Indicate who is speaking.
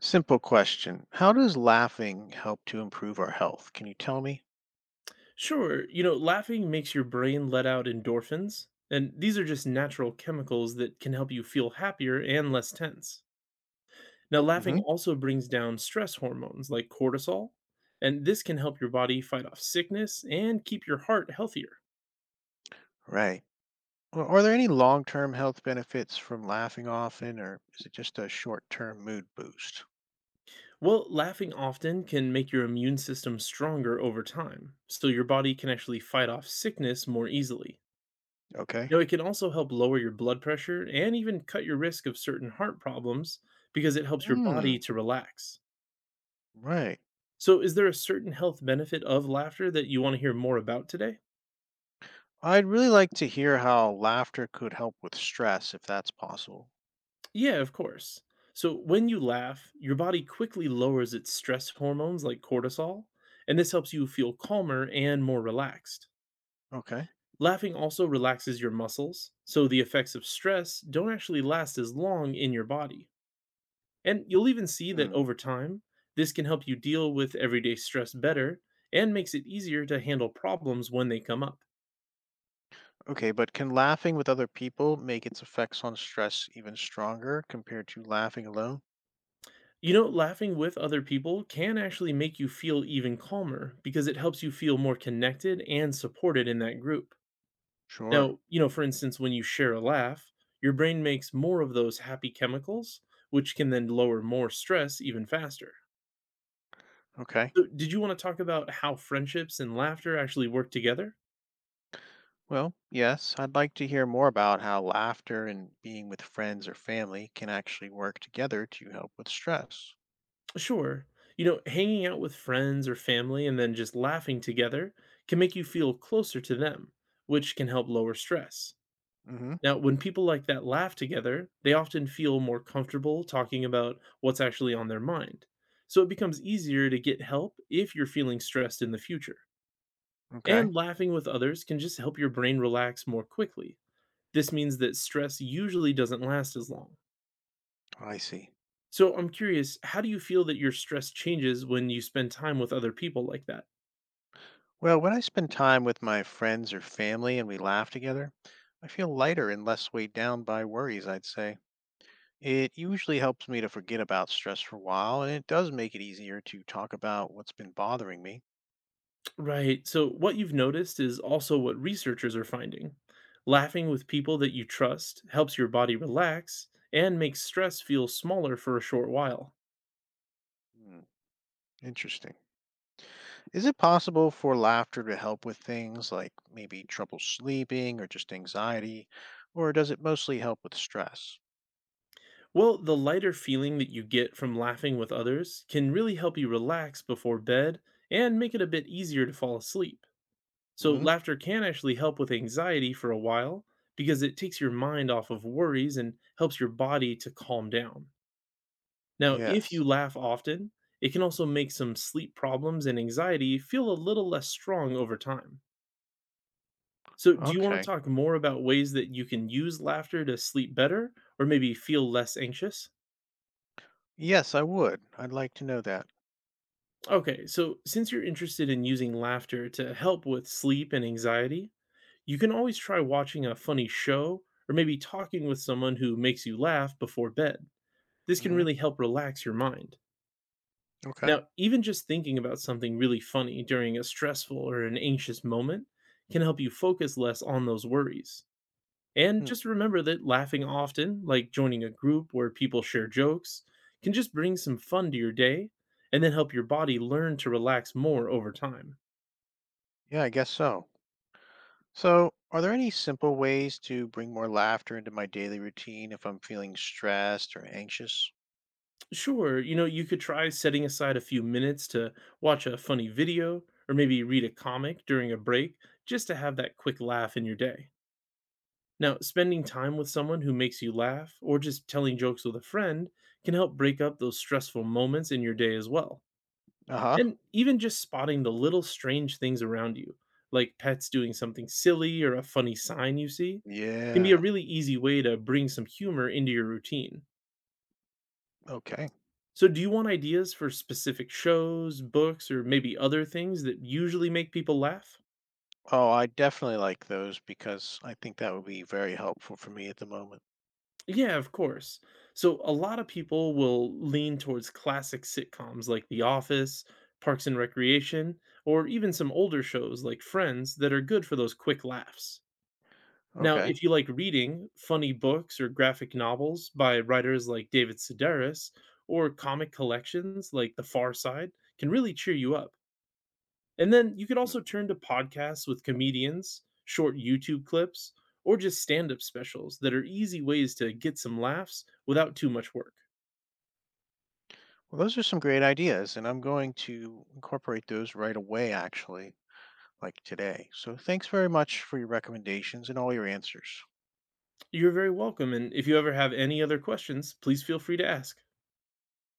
Speaker 1: Simple question. How does laughing help to improve our health? Can you tell me?
Speaker 2: Sure, you know, laughing makes your brain let out endorphins, and these are just natural chemicals that can help you feel happier and less tense. Now, laughing
Speaker 1: Hmm.
Speaker 2: also brings down stress hormones like cortisol, and this can help your body fight off sickness and keep your heart healthier.
Speaker 1: Right. Well, are there any long term health benefits from laughing often, or is it just a short term mood boost?
Speaker 2: Well, laughing often can make your immune system stronger over time, so your body can actually fight off sickness more easily.
Speaker 1: Okay.
Speaker 2: Now, it can also help lower your blood pressure and even cut your risk of certain heart problems because it helps your body
Speaker 1: Hmm.
Speaker 2: to relax.
Speaker 1: Right.
Speaker 2: So, is there a certain health benefit of laughter that you want to hear more about today?
Speaker 1: I'd really like to hear how laughter could help with stress if that's possible.
Speaker 2: Yeah, of course. So, when you laugh, your body quickly lowers its stress hormones like cortisol, and this helps you feel calmer and more relaxed.
Speaker 1: Okay.
Speaker 2: Laughing also relaxes your muscles, so the effects of stress don't actually last as long in your body. And you'll even see that
Speaker 1: Hmm.
Speaker 2: over time, this can help you deal with everyday stress better and makes it easier to handle problems when they come up.
Speaker 1: Okay, but can laughing with other people make its effects on stress even stronger compared to laughing alone?
Speaker 2: You know, laughing with other people can actually make you feel even calmer because it helps you feel more connected and supported in that group.
Speaker 1: Sure.
Speaker 2: Now, for instance, when you share a laugh, your brain makes more of those happy chemicals, which can then lower more stress even faster.
Speaker 1: Okay.
Speaker 2: So, did you want to talk about how friendships and laughter actually work together?
Speaker 1: Well, yes, I'd like to hear more about how laughter and being with friends or family can actually work together to help with stress.
Speaker 2: Sure. You know, hanging out with friends or family and then just laughing together can make you feel closer to them, which can help lower stress.
Speaker 1: Hmm.
Speaker 2: Now, when people like that laugh together, they often feel more comfortable talking about what's actually on their mind. So it becomes easier to get help if you're feeling stressed in the future.
Speaker 1: Okay.
Speaker 2: And laughing with others can just help your brain relax more quickly. This means that stress usually doesn't last as long.
Speaker 1: I see.
Speaker 2: So I'm curious, how do you feel that your stress changes when you spend time with other people like that?
Speaker 1: Well, when I spend time with my friends or family and we laugh together, I feel lighter and less weighed down by worries, I'd say. It usually helps me to forget about stress for a while, and it does make it easier to talk about what's been bothering me.
Speaker 2: Right. So, what you've noticed is also what researchers are finding. Laughing with people that you trust helps your body relax and makes stress feel smaller for a short while.
Speaker 1: Hmm, interesting. Is it possible for laughter to help with things like maybe trouble sleeping or just anxiety, or does it mostly help with stress?
Speaker 2: Well, the lighter feeling that you get from laughing with others can really help you relax before bed and make it a bit easier to fall asleep. So,
Speaker 1: Hmm.
Speaker 2: laughter can actually help with anxiety for a while because it takes your mind off of worries and helps your body to calm down. Now, if
Speaker 1: Yes.
Speaker 2: you laugh often, it can also make some sleep problems and anxiety feel a little less strong over time. So, do you want to
Speaker 1: Okay.
Speaker 2: talk more about ways that you can use laughter to sleep better or maybe feel less anxious?
Speaker 1: Yes, I would. I'd like to know that.
Speaker 2: Okay, so since you're interested in using laughter to help with sleep and anxiety, you can always try watching a funny show or maybe talking with someone who makes you laugh before bed. This can
Speaker 1: Hmm.
Speaker 2: really help relax your mind.
Speaker 1: Okay.
Speaker 2: Now, even just thinking about something really funny during a stressful or an anxious moment can help you focus less on those worries. And
Speaker 1: Hmm.
Speaker 2: just remember that laughing often, like joining a group where people share jokes, can just bring some fun to your day and then help your body learn to relax more over time.
Speaker 1: Yeah, I guess so. So, are there any simple ways to bring more laughter into my daily routine if I'm feeling stressed or anxious?
Speaker 2: Sure, you know, you could try setting aside a few minutes to watch a funny video or maybe read a comic during a break just to have that quick laugh in your day. Now, spending time with someone who makes you laugh or just telling jokes with a friend can help break up those stressful moments in your day as well.
Speaker 1: Uh-huh.
Speaker 2: And even just spotting the little strange things around you, like pets doing something silly or a funny sign you see, can be a
Speaker 1: Yeah.
Speaker 2: really easy way to bring some humor into your routine.
Speaker 1: Okay.
Speaker 2: So, do you want ideas for specific shows, books, or maybe other things that usually make people laugh?
Speaker 1: Oh, I definitely like those because I think that would be very helpful for me at the moment.
Speaker 2: Yeah, of course. So, a lot of people will lean towards classic sitcoms like The Office, Parks and Recreation, or even some older shows like Friends that are good for those quick laughs. Now,
Speaker 1: Okay.
Speaker 2: if you like reading funny books or graphic novels by writers like David Sedaris, or comic collections like The Far Side, can really cheer you up. And then you could
Speaker 1: Hmm.
Speaker 2: also turn to podcasts with comedians, short YouTube clips, or just stand up specials that are easy ways to get some laughs without too much work.
Speaker 1: Well, those are some great ideas, and I'm going to incorporate those right away, actually, like today. So thanks very much for your recommendations and all your answers.
Speaker 2: You're very welcome. And if you ever have any other questions, please feel free to ask.